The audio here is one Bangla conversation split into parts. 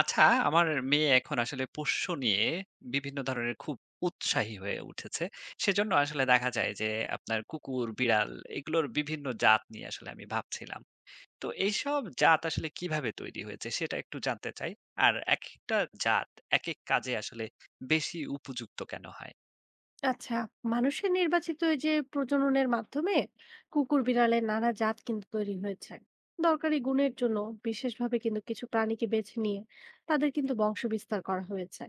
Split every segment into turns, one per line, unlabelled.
আচ্ছা, আমার মেয়ে এখন আসলে পোষ্য নিয়ে বিভিন্ন ধরনের খুব উৎসাহী হয়ে উঠেছে। সেজন্য আসলে দেখা যায় যে আপনার কুকুর, বিড়াল এগুলোর বিভিন্ন জাত নিয়ে আসলে আমি ভাবছিলাম। তো এইসব জাত আসলে কিভাবে তৈরি হয়েছে সেটা একটু জানতে চাই। আর একেকটা জাত একেক কাজে আসলে বেশি উপযুক্ত কেন হয়?
আচ্ছা, মানুষের নির্বাচিত এই যে প্রজননের মাধ্যমে কুকুর বিড়ালের নানা জাত কিন্তু তৈরি হয়েছে দরকারি গুণের জন্য। বিশেষভাবে কিন্তু কিছু প্রাণীকে বেছে নিয়ে তাদের কিন্তু বংশবিস্তার করা হয়েছে।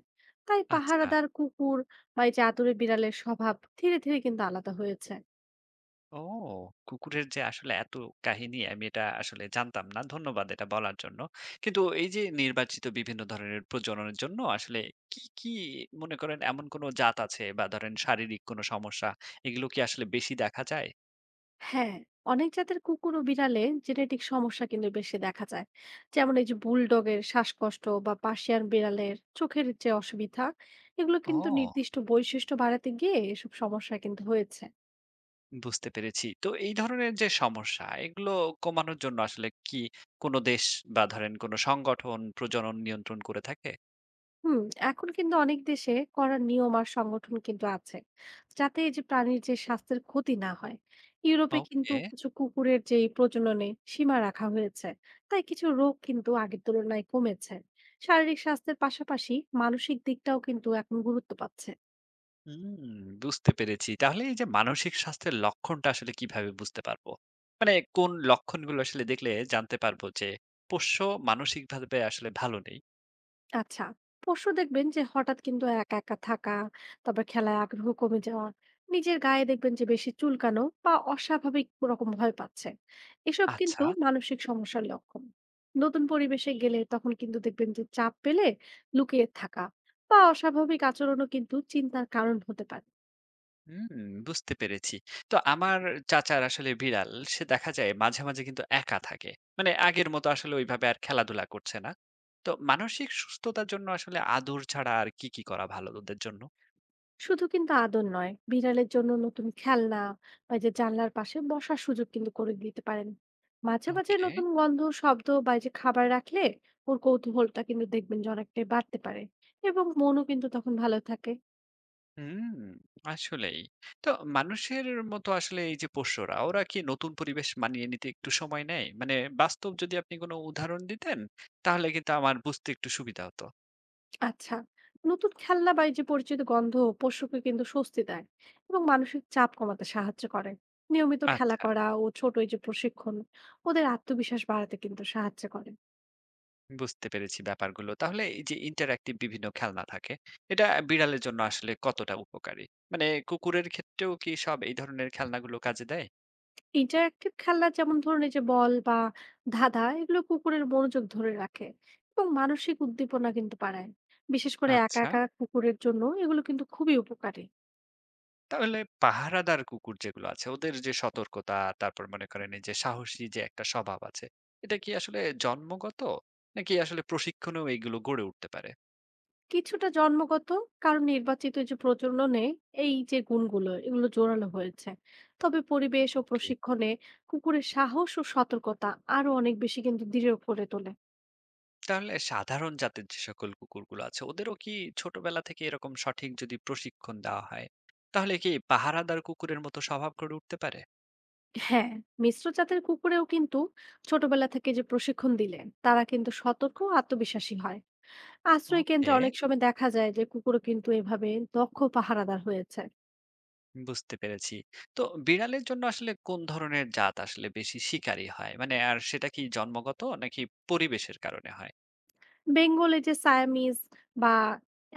তাই
আচ্ছা।
পাহারাদার কুকুর বা এই যে আতুরে বিড়ালের স্বভাব ধীরে ধীরে কিন্তু আলাদা হয়েছে।
ও! কুকুরের যে আসলে এত কাহিনী আমি এটা আসলে জানতাম না। ধন্যবাদ এটা বলার জন্য। কিন্তু এই যে নির্বাচিত বিভিন্ন ধরনের প্রজননের জন্য আসলে কি মনে করেন এমন কোন জাত আছে বা ধরেন শারীরিক কোন সমস্যা এগুলো কি আসলে বেশি দেখা যায়?
হ্যাঁ, অনেক জাতের কুকুর ও বিড়ালে জেনেটিক সমস্যা কিন্তু বেশি দেখা যায়। যেমন এই যে বুলডগের শ্বাসকষ্ট বা পার্সিয়ান বিড়ালের চোখের যে অসুবিধা, এগুলো কিন্তু
ও!
নির্দিষ্ট বৈশিষ্ট্য বাড়াতে গিয়ে এসব সমস্যা কিন্তু হয়েছে।
বুঝতে পেরেছি। তো এই ধরনের যে সমস্যা এগুলো কমানোর জন্য আসলে কি কোন দেশ বা ধরেন কোন সংগঠন প্রজনন নিয়ন্ত্রণ করে থাকে?
হুম, এখন কিন্তু অনেক দেশে করা নিয়ম আর সংগঠন কিন্তু আছে যাতে এই যে প্রাণীর যে স্বাস্থ্যের ক্ষতি না হয়। ইউরোপে কিন্তু
ওকে।
কিছু কুকুরের যে এই প্রজননে সীমা রাখা হয়েছে, তাই কিছু রোগ কিন্তু আগের তুলনায় কমেছে। শারীরিক স্বাস্থ্যের পাশাপাশি মানসিক দিকটাও কিন্তু এখন গুরুত্ব পাচ্ছে।
হুম, বুঝতে পেরেছি। তাহলে এই যে মানসিক স্বাস্থ্যের লক্ষণটা আসলে কিভাবে বুঝতে পারবো? মানে কোন লক্ষণগুলো আসলে দেখলে জানতে পারবো যে পোষ্য মানসিকভাবে আসলে ভালো নেই?
আচ্ছা, পরশু দেখবেন যে হঠাৎ কিন্তু একা থাকা, তারপর খেলায় আগ্রহ কমে যাওয়া, নিজের গায়ে দেখবেন যে বেশি চুলকানো বা অস্বাভাবিক রকম ভয় পাচ্ছে। এসব
আচ্ছা,
কিন্তু মানসিক সমস্যার লক্ষণ। নতুন পরিবেশে গেলে তখন কিন্তু দেখবেন যে চাপ পেলে লুকিয়ে থাকা বা অস্বাভাবিক আচরণও কিন্তু চিন্তার কারণ হতে পারে।
হুম, বুঝতে পেরেছি। তো আমার চাচার আসলে বিড়াল, সে দেখা যায় মাঝে মাঝে কিন্তু একা থাকে। মানে আগের মতো আসলে ওইভাবে আর খেলাধুলা করছে না। তো মানসিক সুস্থতার জন্য আসলে আদর ছাড়া আর কি করা ভালো ওদের জন্য?
শুধু কিন্তু আদর নয়, বিড়ালের জন্য নতুন খেলনা বা এই যে জানলার পাশে বসার সুযোগ কিন্তু করে দিতে পারেন। মাঝে মাঝে
ওকে।
নতুন গন্ধ শব্দ বা এই যে খাবার রাখলে ওর কৌতূহলটা কিন্তু দেখবেন যে অনেকটাই বাড়তে পারে, এবং মনও কিন্তু তখন ভালো থাকে।
হুম, আসলেই। তো মানুষের মতো আসলে এই যে পোষ্যরা, ওরা কি নতুন পরিবেশ মানিয়ে নিতে একটু সময় নেয়? মানে বাস্তব যদি আপনি কোনো উদাহরণ দিতেন, তাহলে কিন্তু আমার বুঝতে একটু সুবিধা হতো।
আচ্ছা, নতুন খেলনা বা এই যে পরিচিত গন্ধ পশুকে কিন্তু স্বস্তি দেয় এবং মানসিক চাপ কমাতে সাহায্য করে। নিয়মিত খেলা
আচ্ছা,
করা ও ছোট এই যে প্রশিক্ষণ ওদের আত্মবিশ্বাস বাড়াতে কিন্তু সাহায্য করে।
বুঝতে পেরেছি ব্যাপারগুলো। তাহলে এই যে ইন্টারঅ্যাক্টিভ বিভিন্ন খেলনা থাকে, এটা বিড়ালের জন্য আসলে কতটা উপকারী? মানে কুকুরের ক্ষেত্রেও কি সব এই ধরনের খেলনাগুলো কাজে দেয়?
ইন্টারেক্টিভ খেলনা যেমন ধরুন এই যে বল বা ধাঁধা, এগুলো কুকুরের মনোযোগ ধরে রাখে এবং মানসিক উদ্দীপনা কিন্তু বাড়ায়। বিশেষ করে একা
আচ্ছা।
একা কুকুরের জন্য এগুলো কিন্তু খুবই উপকারী।
তাহলে পাহারাদার কুকুর যেগুলো আছে ওদের যে সতর্কতা, তারপর মনে করেন এই যে সাহসী যে একটা স্বভাব আছে, এটা কি আসলে জন্মগত নাকি আসলে প্রশিক্ষণেও এইগুলো গড়ে উঠতে পারে?
কিছুটা জন্মগত, কারণ নির্বাচিত যে প্রজননে এই যে গুণগুলো এগুলো জোরালো হয়েছে। তবে পরিবেশ ও
ওকে।
প্রশিক্ষণে কুকুরের সাহস ও সতর্কতা আরো অনেক বেশি কিন্তু দৃঢ় করে তোলে।
তাহলে সাধারণ জাতের যে সকল কুকুরগুলো আছে ওদেরও কি ছোটবেলা থেকে এরকম সঠিক যদি প্রশিক্ষণ দেওয়া হয়, তাহলে কি পাহারাদার কুকুরের মতো স্বভাব গড়ে উঠতে পারে?
হ্যাঁ, মিশ্র জাতের কুকুরেও কিন্তু ছোটবেলা থেকে যে প্রশিক্ষণ দিলে তারা কিন্তু সতর্ক ও আত্মবিশ্বাসী হয়। আশ্রয়কেন্দ্রে
ওকে।
অনেক সময় দেখা যায় যে কুকুরও কিন্তু এভাবে দক্ষ পাহারাদার হয়েছে।
বুঝতে পেরেছি। তো বিড়ালের জন্য আসলে কোন ধরনের জাত আসলে বেশি শিকারী হয় মানে, আর সেটা কি জন্মগত নাকি পরিবেশের কারণে হয়?
বেঙ্গলে যে সায়ামিজ বা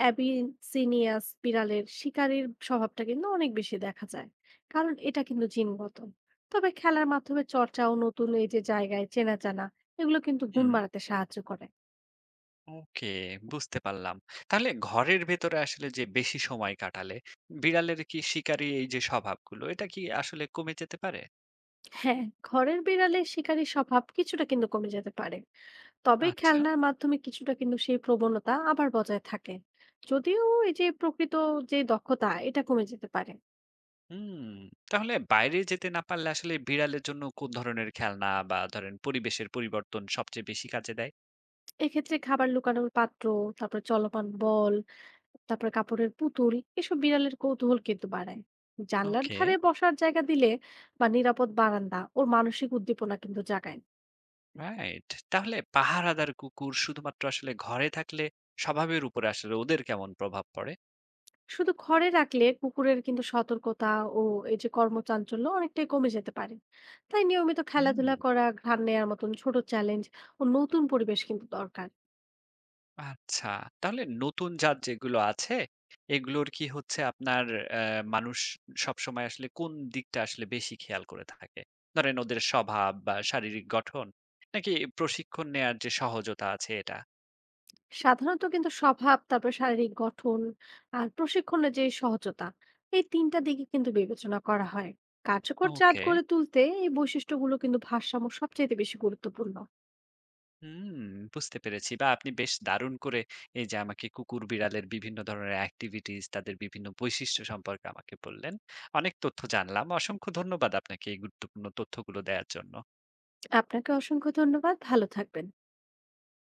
অ্যাবিসিনিয়াস বিড়ালের শিকারীর স্বভাবটা কিন্তু অনেক বেশি দেখা যায়, কারণ এটা কিন্তু জিনগত। তবে খেলার মাধ্যমে চর্চা ও নতুন এই যে জায়গায় চেনা জানা, এগুলো কিন্তু গুণ
হুম।
বাড়াতে সাহায্য করে।
ওকে, বুঝতে পারলাম। তাহলে ঘরের ভেতরে আসলে যে বেশি সময় কাটালে বিড়ালের কি শিকারী এই যে স্বভাবগুলো এটা কি আসলে কমে যেতে পারে?
হ্যাঁ, ঘরের বিড়ালের শিকারীর স্বভাব কিছুটা কিন্তু কমে যেতে পারে। তবে
আচ্ছা।
খেলনার মাধ্যমে কিছুটা কিন্তু সেই প্রবণতা আবার বজায় থাকে। যদিও এই যে প্রকৃত যে দক্ষতা এটা কমে যেতে পারে।
হুম। তাহলে বাইরে যেতে না পারলে আসলে বিড়ালের জন্য কোন ধরনের খেলনা বা ধরেন পরিবেশের পরিবর্তন সবচেয়ে বেশি কাজে দেয়?
এক্ষেত্রে খাবার লুকানোর পাত্র, তারপর চলমান বল, তারপর কাপড়ের পুতুল, এসব বিড়ালের কৌতূহল কিন্তু বাড়ায়। জানলার
ওকে,
ধারে বসার জায়গা দিলে বা নিরাপদ বারান্দা ওর মানসিক উদ্দীপনা কিন্তু জাগায়।
রাইট। তাহলে পাহারাদার কুকুর শুধুমাত্র আসলে ঘরে থাকলে স্বভাবের উপরে আসলে ওদের কেমন প্রভাব পড়ে?
শুধু ঘরে রাখলে কুকুরের কিন্তু সতর্কতা ও এই যে কর্মচাঞ্চল্য অনেকটাই কমে যেতে পারে। তাই নিয়মিত
হুম।
খেলাধুলা করা, ঘ্রাণ নেওয়ার মতন ছোট চ্যালেঞ্জ ও নতুন পরিবেশ কিন্তু দরকার।
আচ্ছা। তাহলে নতুন জাত যেগুলো আছে, এগুলোর কি হচ্ছে আপনার অ্যা মানুষ সবসময় আসলে কোন দিকটা আসলে বেশি খেয়াল করে থাকে? ধরেন ওদের স্বভাব বা শারীরিক গঠন নাকি প্রশিক্ষণ নেয়ার যে সহজতা আছে এটা?
সাধারণত কিন্তু স্বভাব, তারপর শারীরিক গঠন, আর প্রশিক্ষণের যে সহজতা, এই তিনটা দিকে কিন্তু বিবেচনা করা হয়। কার্যকর জাত
ওকে।
করে তুলতে এই বৈশিষ্ট্যগুলো কিন্তু ভারসাম্য সবচেয়ে বেশি গুরুত্বপূর্ণ।
হুম, বুঝতে পেরেছি। বা আপনি বেশ দারুণ করে এই যে আমাকে কুকুর বিড়ালের বিভিন্ন ধরনের এক্টিভিটিস, তাদের বিভিন্ন বৈশিষ্ট্য সম্পর্কে আমাকে বললেন। অনেক তথ্য জানলাম। অসংখ্য ধন্যবাদ আপনাকে এই গুরুত্বপূর্ণ তথ্যগুলো দেয়ার জন্য।
আপনাকে অসংখ্য ধন্যবাদ, ভালো থাকবেন।